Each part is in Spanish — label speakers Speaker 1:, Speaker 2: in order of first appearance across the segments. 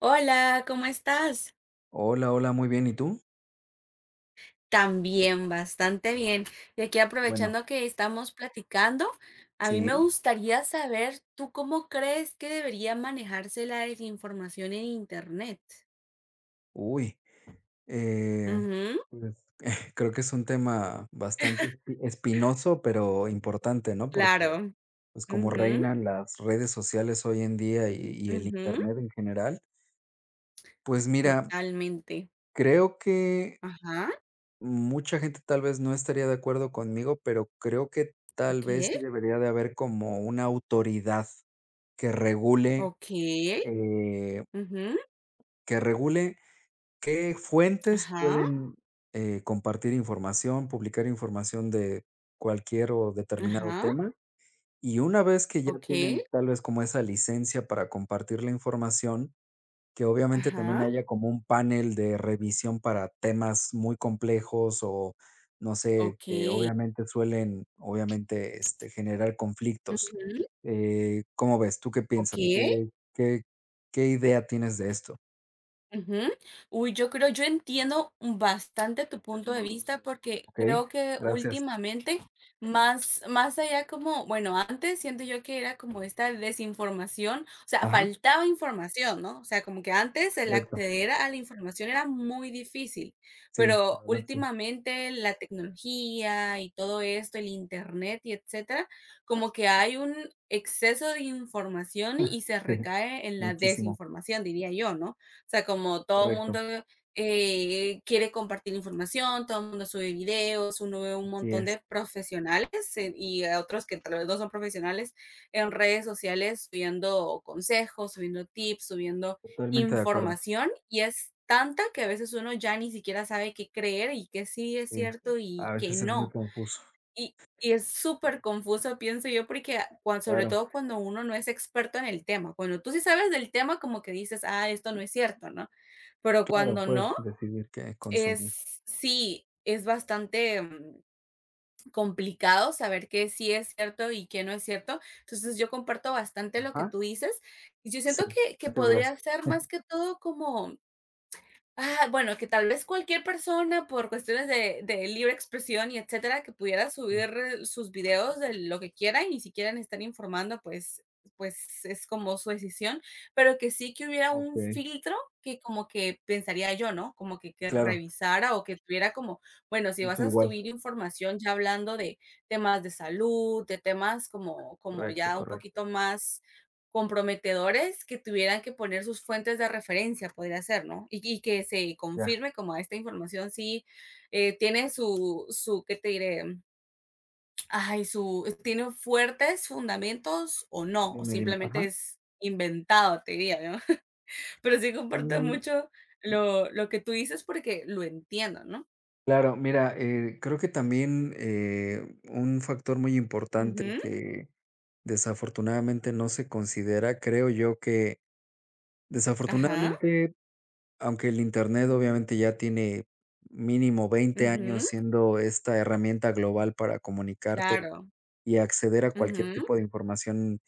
Speaker 1: Hola, ¿cómo estás?
Speaker 2: Hola, hola, muy bien, ¿y tú?
Speaker 1: También, bastante bien. Y aquí
Speaker 2: Bueno,
Speaker 1: aprovechando que estamos platicando, a mí me
Speaker 2: sí.
Speaker 1: gustaría saber, ¿tú cómo crees que debería manejarse la desinformación en Internet?
Speaker 2: Uy, eh,
Speaker 1: Ujú,
Speaker 2: pues, creo que es un tema bastante espinoso, pero importante, ¿no? Porque
Speaker 1: claro.
Speaker 2: pues como
Speaker 1: Ujú,
Speaker 2: reinan las redes sociales hoy en día y el
Speaker 1: ujú,
Speaker 2: internet en general, pues mira,
Speaker 1: totalmente.
Speaker 2: creo que
Speaker 1: Ajá,
Speaker 2: mucha gente tal vez no estaría de acuerdo conmigo, pero creo que tal vez
Speaker 1: okey,
Speaker 2: sí debería de haber como una autoridad que regule,
Speaker 1: okey.
Speaker 2: eh,
Speaker 1: Ujú,
Speaker 2: que regule. ¿Qué fuentes
Speaker 1: ajá,
Speaker 2: pueden, compartir información, publicar información de cualquier o determinado
Speaker 1: ajá,
Speaker 2: tema? Y una vez que ya
Speaker 1: okey,
Speaker 2: tienen tal vez como esa licencia para compartir la información, que obviamente también
Speaker 1: ajá,
Speaker 2: haya como un panel de revisión para temas muy complejos o, no sé, que
Speaker 1: okey.
Speaker 2: obviamente suelen, obviamente, generar conflictos.
Speaker 1: Ujú,
Speaker 2: ¿Cómo ves? ¿Tú qué piensas?
Speaker 1: okey.
Speaker 2: ¿Qué qué idea tienes de esto?
Speaker 1: Ujú. Uy, yo creo, yo entiendo bastante tu punto de vista porque
Speaker 2: Okey,
Speaker 1: creo que
Speaker 2: gracias.
Speaker 1: últimamente, más, más allá como, bueno, antes siento yo que era como esta desinformación, o sea,
Speaker 2: Ajá.
Speaker 1: faltaba información, ¿no? O sea, como que antes el
Speaker 2: Correcto,
Speaker 1: acceder a la información era muy difícil,
Speaker 2: sí, la
Speaker 1: pero
Speaker 2: verdad sí.
Speaker 1: últimamente la tecnología y todo esto, el internet y etcétera, como que hay un exceso de información y se
Speaker 2: Sí,
Speaker 1: recae en la
Speaker 2: muchísimo,
Speaker 1: desinformación, diría yo, ¿no? Sea, como todo el mundo,
Speaker 2: correcto,
Speaker 1: quiere compartir información, todo el mundo sube videos, uno ve un
Speaker 2: así
Speaker 1: montón
Speaker 2: es,
Speaker 1: de profesionales, y a otros que tal vez no son profesionales en redes sociales subiendo consejos, subiendo tips, subiendo
Speaker 2: totalmente de acuerdo.
Speaker 1: información, y es tanta que a veces uno ya ni siquiera sabe qué creer y qué sí es
Speaker 2: Sí,
Speaker 1: cierto y
Speaker 2: a
Speaker 1: qué
Speaker 2: veces es muy
Speaker 1: no.
Speaker 2: confuso.
Speaker 1: Y y es súper confuso pienso yo, porque cuan sobre
Speaker 2: Claro,
Speaker 1: todo cuando uno no es experto en el tema. Cuando tú sí sabes del tema, como que dices: "Ah, esto no es cierto", ¿no? Pero
Speaker 2: claro,
Speaker 1: cuando
Speaker 2: puedes
Speaker 1: no,
Speaker 2: decidir qué
Speaker 1: es
Speaker 2: consumir.
Speaker 1: sí, es bastante, complicado saber qué sí es cierto y qué no es cierto. Entonces, yo comparto bastante lo que
Speaker 2: Ajá,
Speaker 1: tú dices, y yo
Speaker 2: sí,
Speaker 1: siento que
Speaker 2: muchas
Speaker 1: podría
Speaker 2: gracias.
Speaker 1: ser más que todo como. Ah, bueno, que tal vez cualquier persona por cuestiones de libre expresión y etcétera, que pudiera
Speaker 2: Sí,
Speaker 1: subir sus videos de lo que quiera y ni siquiera estar informando, pues pues es como su decisión, pero que sí que hubiera un
Speaker 2: okey,
Speaker 1: filtro que como que pensaría yo, ¿no? Como que
Speaker 2: claro,
Speaker 1: revisara o que tuviera como, bueno, si vas
Speaker 2: pienso
Speaker 1: a
Speaker 2: igual.
Speaker 1: subir información ya hablando de temas de salud, de temas como como
Speaker 2: Correcto,
Speaker 1: ya un
Speaker 2: correcto.
Speaker 1: poquito más comprometedores que tuvieran que poner sus fuentes de referencia, podría ser, ¿no? Y que se
Speaker 2: Ya,
Speaker 1: confirme como esta información sí tiene su, su, ¿qué te diré? Ay, su, tiene fuertes fundamentos o no, o
Speaker 2: dime, dime.
Speaker 1: simplemente
Speaker 2: Ajá.
Speaker 1: es inventado, te diría, ¿no? Pero sí comparto
Speaker 2: Y
Speaker 1: mucho lo que tú dices porque lo entiendo, ¿no?
Speaker 2: claro, mira, creo que también, un factor muy importante
Speaker 1: Ujú,
Speaker 2: que desafortunadamente no se considera, creo yo que
Speaker 1: ajá,
Speaker 2: desafortunadamente, aunque el Internet obviamente ya tiene mínimo 20 años
Speaker 1: ujú,
Speaker 2: siendo esta herramienta global para comunicarte
Speaker 1: claro,
Speaker 2: y acceder a cualquier
Speaker 1: ujú,
Speaker 2: tipo de información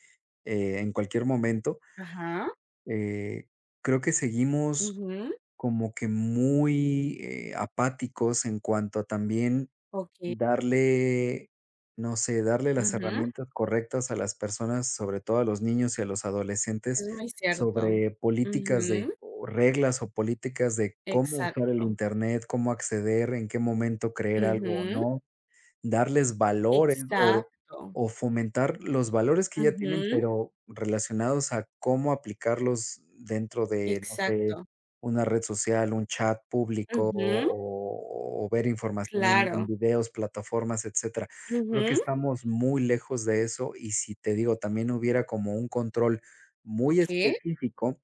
Speaker 2: en cualquier momento,
Speaker 1: ajá,
Speaker 2: eh, creo que seguimos
Speaker 1: ujú,
Speaker 2: como que muy apáticos en cuanto a también
Speaker 1: ok,
Speaker 2: darle, no sé, darle las
Speaker 1: ujú,
Speaker 2: herramientas correctas a las personas, sobre todo a los niños y a los adolescentes,
Speaker 1: es muy cierto.
Speaker 2: sobre políticas
Speaker 1: Ujú.
Speaker 2: de o reglas o políticas de cómo usar el
Speaker 1: Exacto.
Speaker 2: Internet, cómo acceder, en qué momento creer algo o
Speaker 1: Ujú.
Speaker 2: no, darles valores
Speaker 1: Exacto.
Speaker 2: o fomentar los valores que ya tienen,
Speaker 1: Ujú.
Speaker 2: pero relacionados a cómo aplicarlos dentro de, no sé,
Speaker 1: Exacto.
Speaker 2: una red social, un chat público
Speaker 1: Ujú.
Speaker 2: o ver información en
Speaker 1: Claro.
Speaker 2: videos, plataformas, etcétera. Creo que
Speaker 1: Ujú.
Speaker 2: estamos muy lejos de eso y si te digo, también hubiera como un control muy
Speaker 1: Okey.
Speaker 2: específico.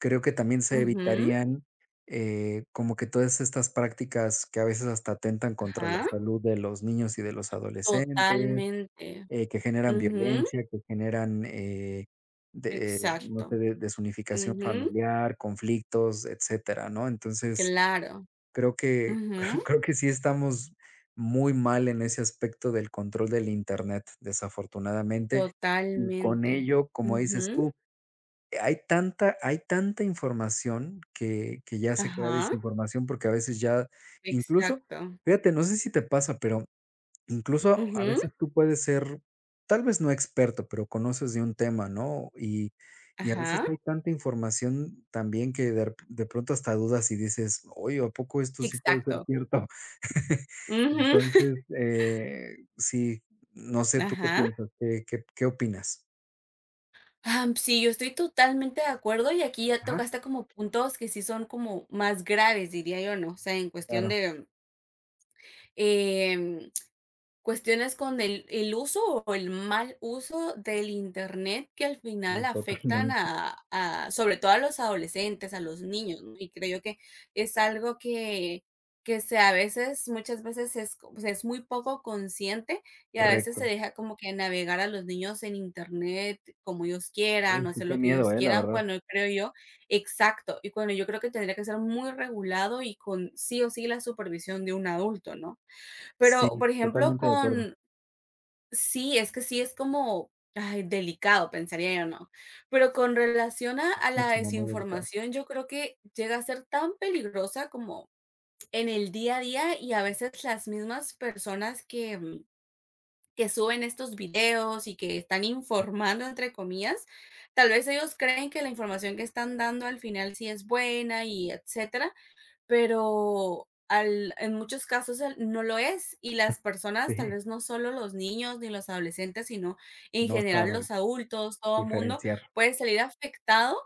Speaker 2: Creo que también se
Speaker 1: Ujú.
Speaker 2: evitarían, como que todas estas prácticas que a veces hasta atentan contra la
Speaker 1: Ajá.
Speaker 2: salud de los niños y de los adolescentes,
Speaker 1: Totalmente.
Speaker 2: que generan
Speaker 1: Ujú.
Speaker 2: violencia, que generan, no sé,
Speaker 1: Exacto.
Speaker 2: desunificación
Speaker 1: Ujú.
Speaker 2: familiar, conflictos, etcétera, ¿no? Entonces,
Speaker 1: Claro.
Speaker 2: creo que,
Speaker 1: Ujú.
Speaker 2: creo que sí estamos muy mal en ese aspecto del control del Internet, desafortunadamente. Y con
Speaker 1: Totalmente.
Speaker 2: ello, como dices
Speaker 1: Ujú.
Speaker 2: tú, hay tanta información que ya se crea
Speaker 1: Ajá.
Speaker 2: desinformación, porque a veces ya incluso,
Speaker 1: Exacto.
Speaker 2: fíjate, no sé si te pasa, pero incluso a
Speaker 1: Ujú.
Speaker 2: veces tú puedes ser, tal vez no experto, pero conoces de un tema, ¿no? Y a veces
Speaker 1: Ajá.
Speaker 2: hay tanta información también que de pronto hasta dudas y dices: "Oye, ¿a poco esto sí puede ser
Speaker 1: Exacto.
Speaker 2: cierto?"
Speaker 1: Ujú.
Speaker 2: Entonces, sí, no sé, ¿tú qué
Speaker 1: Ajá.
Speaker 2: piensas? ¿Qué opinas?
Speaker 1: Sí, yo estoy totalmente de acuerdo, y aquí ya
Speaker 2: Ajá,
Speaker 1: tocaste como puntos que sí son como más graves, diría yo, ¿no? O sea, en cuestión
Speaker 2: claro,
Speaker 1: de, em, cuestiones con el uso o el mal uso del Internet que al final
Speaker 2: sí,
Speaker 1: afectan
Speaker 2: totalmente.
Speaker 1: a sobre todo a los adolescentes, a los niños, ¿no? Y creo yo que es algo que se a veces, muchas veces es co se es muy poco consciente y a veces se
Speaker 2: Correcto.
Speaker 1: deja como que navegar a los niños en Internet como ellos quieran
Speaker 2: Uy,
Speaker 1: o
Speaker 2: sí,
Speaker 1: hacer lo
Speaker 2: qué
Speaker 1: que
Speaker 2: miedo,
Speaker 1: ellos
Speaker 2: la
Speaker 1: quieran,
Speaker 2: verdad.
Speaker 1: cuando creo yo exacto, y cuando yo creo que tendría que ser muy regulado y con sí o sí la supervisión de un adulto, ¿no?
Speaker 2: Sí,
Speaker 1: Pero, por ejemplo,
Speaker 2: totalmente de acuerdo.
Speaker 1: con sí, es que sí es como, ay, delicado, pensaría yo, ¿no? Pero con relación a la
Speaker 2: Muchísimo, muy delicado.
Speaker 1: desinformación, yo creo que llega a ser tan peligrosa como en el día a día, y a veces las mismas personas que, que suben estos videos y que están informando, entre comillas, tal vez ellos creen que la información que están dando al final sí es buena y etcétera, pero al en muchos casos el no lo es, y las personas, tal
Speaker 2: Sí,
Speaker 1: vez no solo los niños ni los adolescentes, sino en
Speaker 2: no
Speaker 1: general
Speaker 2: saben
Speaker 1: los adultos, todo mundo
Speaker 2: diferenciar.
Speaker 1: puede salir afectado,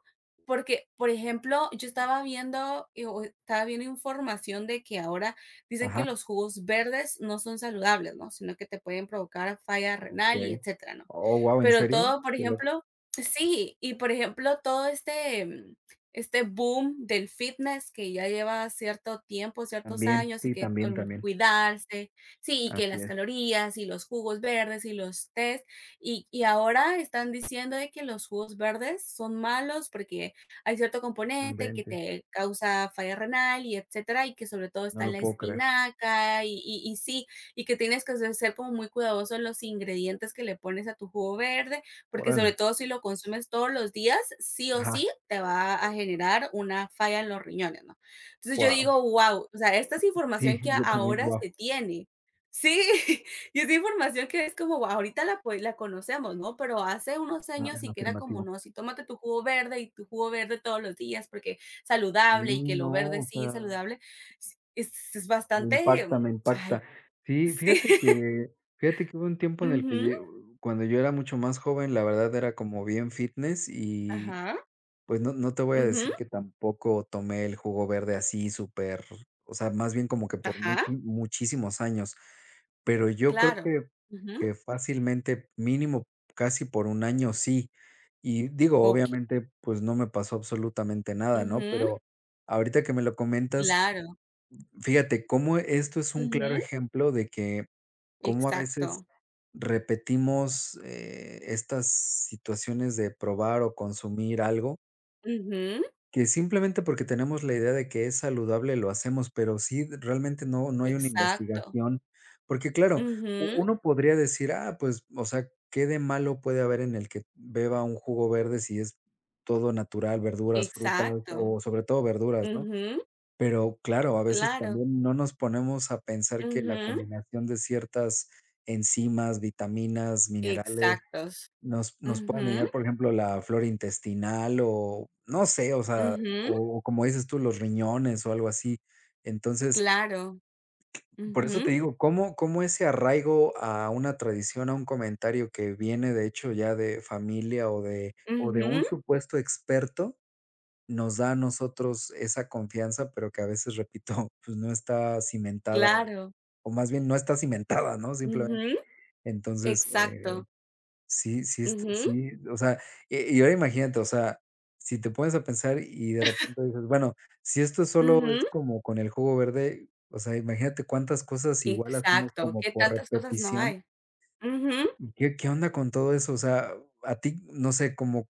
Speaker 1: porque, por ejemplo, yo estaba viendo, o estaba viendo información de que ahora dicen que
Speaker 2: Ajá,
Speaker 1: los jugos verdes no son saludables, ¿no? Sino que te pueden provocar falla renal y
Speaker 2: okey.
Speaker 1: etcétera, ¿no?
Speaker 2: Oh, guau, ¿en
Speaker 1: Pero
Speaker 2: serio?
Speaker 1: todo, por
Speaker 2: Qué loco.
Speaker 1: ejemplo sí, y por ejemplo, todo este boom del fitness que ya lleva cierto tiempo, ciertos
Speaker 2: También,
Speaker 1: años y
Speaker 2: sí,
Speaker 1: que
Speaker 2: también, también.
Speaker 1: cuidarse, sí, y que
Speaker 2: Así
Speaker 1: las
Speaker 2: es,
Speaker 1: calorías y los jugos verdes y los tés, y ahora están diciendo de que los jugos verdes son malos porque hay cierto
Speaker 2: no
Speaker 1: componente que
Speaker 2: inventes,
Speaker 1: te causa falla renal y etcétera, y que sobre todo
Speaker 2: no
Speaker 1: está
Speaker 2: lo
Speaker 1: la
Speaker 2: puedo creer.
Speaker 1: espinaca y sí, y que tienes que ser ser como muy cuidadoso en los ingredientes que le pones a tu jugo verde porque
Speaker 2: Órale.
Speaker 1: sobre todo si lo consumes todos los días, sí o sí
Speaker 2: Ajá,
Speaker 1: te va a generar una falla en los riñones, ¿no? Entonces yo
Speaker 2: Wow.
Speaker 1: digo, wow o sea, esta es información
Speaker 2: Sí,
Speaker 1: que
Speaker 2: yo también,
Speaker 1: ahora
Speaker 2: Wow.
Speaker 1: se tiene. Sí, y es información que es como, guau, ahorita la, pues, la conocemos, ¿no? Pero hace unos años sí que era como,
Speaker 2: Afirmativo.
Speaker 1: no, si tómate tu jugo verde y tu jugo verde todos los días porque
Speaker 2: Sí,
Speaker 1: saludable y que lo
Speaker 2: no,
Speaker 1: verde
Speaker 2: o
Speaker 1: sí es
Speaker 2: sea
Speaker 1: saludable. Es
Speaker 2: me
Speaker 1: bastante,
Speaker 2: impacta, me impacta.
Speaker 1: ay,
Speaker 2: Sí,
Speaker 1: sí.
Speaker 2: fíjate que Fíjate que hubo un tiempo en el que
Speaker 1: Ujú,
Speaker 2: yo, cuando yo era mucho más joven, la verdad era como bien fitness y,
Speaker 1: ajá,
Speaker 2: pues, no te voy a
Speaker 1: ujú,
Speaker 2: decir que tampoco tomé el jugo verde así súper, o sea, más bien como que por
Speaker 1: ajá,
Speaker 2: muchi muchísimos años, pero yo creo
Speaker 1: claro.
Speaker 2: que fácilmente, mínimo casi por un año sí. Y digo,
Speaker 1: Okey.
Speaker 2: obviamente, pues, no me pasó absolutamente nada, ¿no?
Speaker 1: Ujú,
Speaker 2: Pero ahorita que me lo comentas,
Speaker 1: claro.
Speaker 2: fíjate cómo esto es un
Speaker 1: Ujú,
Speaker 2: claro ejemplo de que cómo a veces
Speaker 1: exacto.
Speaker 2: repetimos, estas situaciones de probar o consumir algo,
Speaker 1: Ujú,
Speaker 2: que simplemente porque tenemos la idea de que es saludable lo hacemos, pero sí, realmente no hay una
Speaker 1: exacto.
Speaker 2: investigación, porque claro, u
Speaker 1: Ujú,
Speaker 2: uno podría decir: "Ah, pues, o sea, ¿qué de malo puede haber en el que beba un jugo verde si es todo natural, verduras, frutas
Speaker 1: exacto.
Speaker 2: o sobre todo verduras, no?".
Speaker 1: Ujú,
Speaker 2: Pero claro, a veces
Speaker 1: claro.
Speaker 2: también no nos ponemos a pensar que la
Speaker 1: Ujú,
Speaker 2: combinación de ciertas enzimas, vitaminas, minerales,
Speaker 1: exactos.
Speaker 2: nos pueden
Speaker 1: Ujú,
Speaker 2: dañar, por ejemplo, la flora intestinal o no sé, o sea,
Speaker 1: ujú,
Speaker 2: o como dices tú, los riñones o algo así. Entonces,
Speaker 1: claro.
Speaker 2: por eso
Speaker 1: Ujú,
Speaker 2: te digo, cómo ese arraigo a una tradición, a un comentario que viene, de hecho, ya de familia o de
Speaker 1: ujú,
Speaker 2: un supuesto experto nos da a nosotros esa confianza, pero que a veces, repito, pues, no está cimentada en,
Speaker 1: claro.
Speaker 2: o más bien no está cimentada, ¿no? Simplemente.
Speaker 1: Ujú,
Speaker 2: Entonces,
Speaker 1: exacto. Ujú,
Speaker 2: sí, o sea, y ahora imagínate, o sea, si te pones a pensar y de repente dices: "Bueno, si esto solo
Speaker 1: ujú,
Speaker 2: es como con el jugo verde", o sea, imagínate cuántas cosas igual hacemos
Speaker 1: exacto.
Speaker 2: como
Speaker 1: ¿Qué
Speaker 2: por
Speaker 1: tantas cosas no
Speaker 2: repetición.
Speaker 1: hay? Ujú,
Speaker 2: ¿Qué onda con todo eso? O sea, a ti, no sé, como,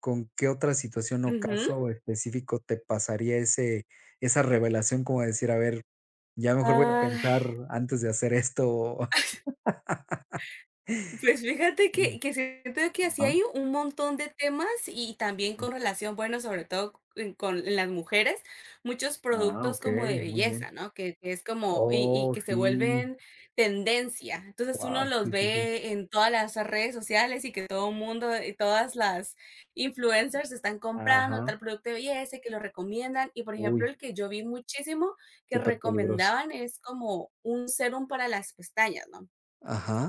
Speaker 2: ¿con qué otra situación o
Speaker 1: ujú.
Speaker 2: caso específico te pasaría ese esa revelación como decir: "A ver, ya mejor voy a pensar
Speaker 1: Ah.
Speaker 2: antes de hacer esto"? o-
Speaker 1: Pues fíjate que
Speaker 2: Mm,
Speaker 1: siento que así
Speaker 2: ajá,
Speaker 1: hay un montón de temas y también
Speaker 2: sí.
Speaker 1: con relación, bueno, sobre todo en con las mujeres, muchos
Speaker 2: Ah,
Speaker 1: productos como de
Speaker 2: okey, muy
Speaker 1: belleza,
Speaker 2: bien.
Speaker 1: ¿no? Que es como y
Speaker 2: Oh,
Speaker 1: que se
Speaker 2: sí.
Speaker 1: vuelven tendencia. Entonces, uno
Speaker 2: Wow,
Speaker 1: los
Speaker 2: sí, sí, sí.
Speaker 1: ve en todas las redes sociales y que todo el mundo y todas las influencers están comprando
Speaker 2: Ajá.
Speaker 1: tal producto de belleza y que lo recomiendan. Y, por ejemplo,
Speaker 2: Uy,
Speaker 1: el que yo vi muchísimo que
Speaker 2: súper peligroso.
Speaker 1: recomendaban es como un serum para las pestañas, ¿no?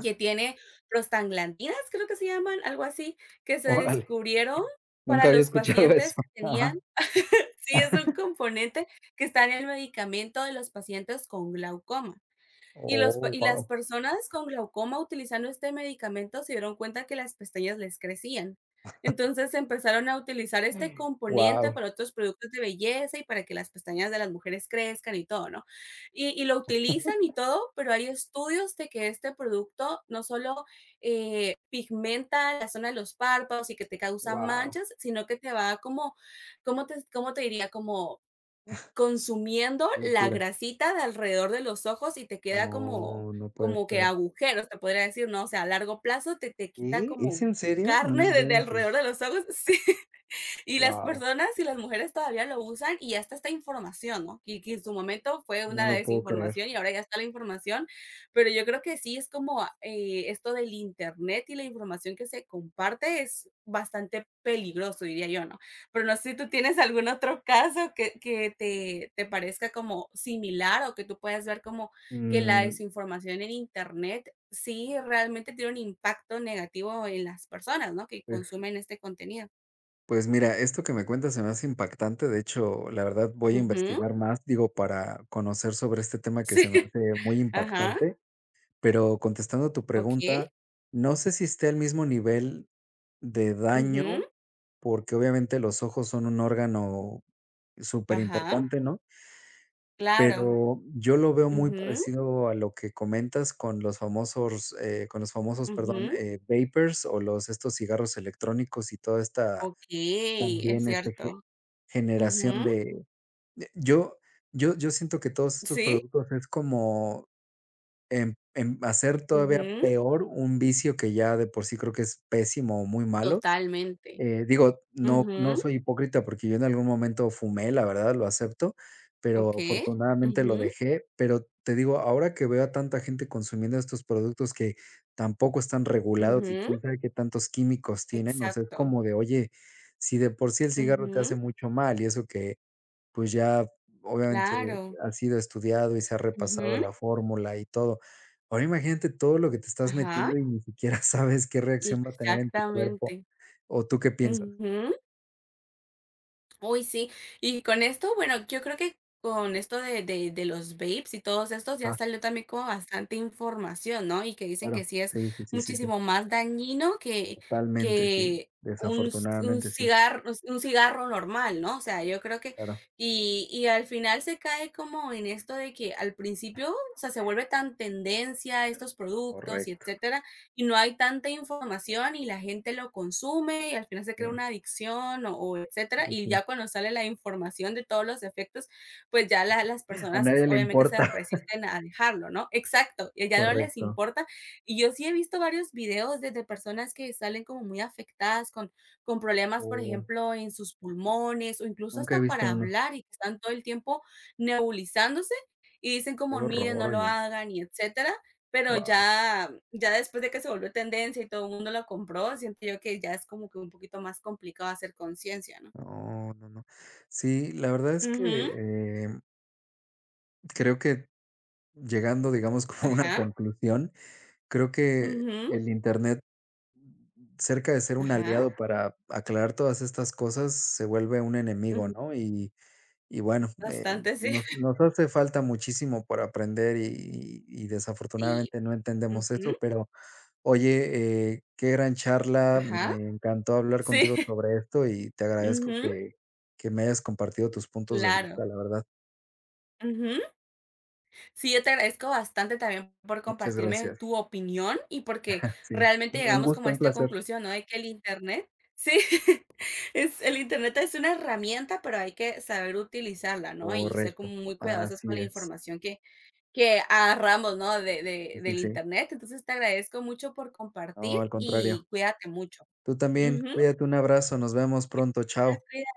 Speaker 1: Que tiene prostaglandinas, creo que se llaman, algo así, que se
Speaker 2: Órale,
Speaker 1: descubrieron para
Speaker 2: nunca había
Speaker 1: los
Speaker 2: escuchado eso.
Speaker 1: pacientes que tenían
Speaker 2: Ajá.
Speaker 1: sí, es un componente que está en el medicamento de los pacientes con glaucoma. Y los pa
Speaker 2: Oh,
Speaker 1: y las
Speaker 2: wow,
Speaker 1: personas con glaucoma utilizando este medicamento se dieron cuenta que las pestañas les crecían. Entonces, empezaron a utilizar este componente
Speaker 2: wow,
Speaker 1: para otros productos de belleza y para que las pestañas de las mujeres crezcan y todo, ¿no? Y lo utilizan y todo, pero hay estudios de que este producto no solo, pigmenta la zona de los párpados y que te causa
Speaker 2: wow,
Speaker 1: manchas, sino que te va como, cómo te diría? Como consumiendo la
Speaker 2: locura.
Speaker 1: grasita de alrededor de los ojos y te queda como
Speaker 2: No, no puede
Speaker 1: como que
Speaker 2: ser.
Speaker 1: agujeros, te podría decir, ¿no? O sea, a largo plazo te quita
Speaker 2: ¿Qué?
Speaker 1: como
Speaker 2: ¿Es en serio? No
Speaker 1: carne desde
Speaker 2: inventes.
Speaker 1: alrededor de los ojos. Sí. Y las
Speaker 2: Wow,
Speaker 1: personas y las mujeres todavía lo usan y hasta esta información, ¿no? Que en su momento fue
Speaker 2: no
Speaker 1: una
Speaker 2: lo puedo creer.
Speaker 1: desinformación y ahora ya está la información, pero yo creo que sí es como, esto del Internet y la información que se comparte es bastante peligroso, diría yo, ¿no? Pero no sé si tú tienes algún otro caso que te parezca como similar o que tú puedas ver como que la
Speaker 2: Mm,
Speaker 1: desinformación en Internet sí realmente tiene un impacto negativo en las personas, ¿no? Que
Speaker 2: pues,
Speaker 1: consumen este contenido.
Speaker 2: pues mira, esto que me cuentas se me hace impactante. De hecho, la verdad voy a
Speaker 1: Ujú.
Speaker 2: investigar más, digo, para conocer sobre este tema que
Speaker 1: Sí.
Speaker 2: se me hace muy
Speaker 1: Ajá,
Speaker 2: impactante. Pero contestando tu
Speaker 1: okey.
Speaker 2: pregunta, no sé si esté al mismo nivel de
Speaker 1: Ujú.
Speaker 2: daño, porque obviamente los ojos son un órgano súper
Speaker 1: Ajá.
Speaker 2: importante, ¿no?
Speaker 1: Claro.
Speaker 2: Pero yo lo veo muy
Speaker 1: Ujú,
Speaker 2: parecido a lo que comentas con los famosos, perdón,
Speaker 1: ujú.
Speaker 2: vapers o los estos cigarros electrónicos y toda esta
Speaker 1: Okey, es
Speaker 2: también
Speaker 1: cierto.
Speaker 2: generación
Speaker 1: Ujú.
Speaker 2: de yo siento que todos estos
Speaker 1: Sí.
Speaker 2: productos es como hacer todavía
Speaker 1: Ujú.
Speaker 2: peor un vicio que ya de por sí creo que es pésimo o muy malo.
Speaker 1: Totalmente.
Speaker 2: Digo, no
Speaker 1: Ujú.
Speaker 2: soy hipócrita porque yo en algún momento fumé, la verdad, lo acepto, pero
Speaker 1: Okey.
Speaker 2: afortunadamente lo
Speaker 1: Ujú,
Speaker 2: dejé. Pero te digo, ahora que veo a tanta gente consumiendo estos productos que tampoco están regulados y
Speaker 1: ujú.
Speaker 2: quién sabe qué tantos químicos tienen, o sea, es
Speaker 1: Exacto.
Speaker 2: como de, oye, si de por sí el cigarro te hace
Speaker 1: Ujú.
Speaker 2: mucho mal y eso que pues ya, obviamente,
Speaker 1: Claro.
Speaker 2: ha sido estudiado y se ha repasado
Speaker 1: Ujú.
Speaker 2: la fórmula y todo. Ahora imagínate todo lo que te estás
Speaker 1: Ajá.
Speaker 2: metiendo y ni siquiera sabes qué reacción va a tener en tu cuerpo,
Speaker 1: Exactamente.
Speaker 2: ¿o tú qué piensas?
Speaker 1: Ujú. Uy, sí. Y con esto, bueno, yo creo que con esto de los vapes y todos estos ya
Speaker 2: Ah,
Speaker 1: salió también como bastante información, ¿no? Y que dicen que
Speaker 2: claro,
Speaker 1: sí es
Speaker 2: sí, sí, sí, sí, sí,
Speaker 1: muchísimo más dañino
Speaker 2: totalmente, sí,
Speaker 1: que un, c-
Speaker 2: desafortunadamente sí,
Speaker 1: un cigarro normal, ¿no? O sea, yo creo que,
Speaker 2: claro,
Speaker 1: y al final se cae como en esto de que al principio, o sea, se vuelve tan tendencia estos productos y
Speaker 2: correcto,
Speaker 1: etcétera y no hay tanta información y la gente lo consume y al final se crea
Speaker 2: sí,
Speaker 1: una adicción o etcétera.
Speaker 2: uy,
Speaker 1: Y
Speaker 2: sí,
Speaker 1: ya cuando sale la información de todos los efectos, pues ya la- las
Speaker 2: a
Speaker 1: personas
Speaker 2: nadie le
Speaker 1: obviamente se
Speaker 2: importa,
Speaker 1: resisten a dejarlo, ¿no? Exacto, y ya no les
Speaker 2: correcto,
Speaker 1: importa. Y yo sí he visto varios videos desde personas que salen como muy afectadas con problemas, por
Speaker 2: oh,
Speaker 1: ejemplo, en sus pulmones o incluso
Speaker 2: nunca he
Speaker 1: hasta
Speaker 2: visto
Speaker 1: para
Speaker 2: uno,
Speaker 1: hablar y que están todo el tiempo nebulizándose y dicen
Speaker 2: qué
Speaker 1: como, miren,
Speaker 2: horror,
Speaker 1: no lo
Speaker 2: oye,
Speaker 1: hagan y etcétera. Pero
Speaker 2: wow,
Speaker 1: ya ya después de que se volvió tendencia y todo el mundo lo compró, siento yo que ya es como que un poquito más complicado hacer conciencia, ¿no?
Speaker 2: no, no, no. Sí, la verdad es que,
Speaker 1: Ujú,
Speaker 2: creo que llegando, digamos, como a una
Speaker 1: ajá,
Speaker 2: conclusión, creo que
Speaker 1: ujú,
Speaker 2: el Internet, cerca de ser un
Speaker 1: ajá,
Speaker 2: aliado para aclarar todas estas cosas, se vuelve un enemigo,
Speaker 1: ujú,
Speaker 2: ¿no? Y bueno,
Speaker 1: bastante, sí.
Speaker 2: nos hace falta muchísimo por aprender y
Speaker 1: Sí,
Speaker 2: desafortunadamente no entendemos eso,
Speaker 1: ujú,
Speaker 2: pero oye, qué gran charla,
Speaker 1: ajá,
Speaker 2: me encantó hablar
Speaker 1: sí,
Speaker 2: contigo sobre esto y te agradezco
Speaker 1: ujú,
Speaker 2: que me hayas compartido tus puntos de
Speaker 1: claro,
Speaker 2: vista, la verdad.
Speaker 1: ujú. Sí, yo te agradezco bastante también por
Speaker 2: Muchas
Speaker 1: compartirme
Speaker 2: gracias.
Speaker 1: tu opinión y porque
Speaker 2: Sí,
Speaker 1: realmente
Speaker 2: un
Speaker 1: llegamos como
Speaker 2: gusto,
Speaker 1: a
Speaker 2: un
Speaker 1: esta
Speaker 2: placer.
Speaker 1: conclusión, ¿no? De que el internet, sí, es, el internet es una herramienta, pero hay que saber utilizarla, ¿no? Y ser como
Speaker 2: Correcto,
Speaker 1: muy cuidadosos con
Speaker 2: así
Speaker 1: la
Speaker 2: es.
Speaker 1: información que agarramos, ¿no? De-
Speaker 2: Sí, sí,
Speaker 1: del
Speaker 2: sí.
Speaker 1: internet. Entonces te agradezco mucho por compartir
Speaker 2: No, al contrario.
Speaker 1: y cuídate mucho.
Speaker 2: Tú también,
Speaker 1: Ujú,
Speaker 2: cuídate, un abrazo, nos vemos pronto, chao.
Speaker 1: gracias.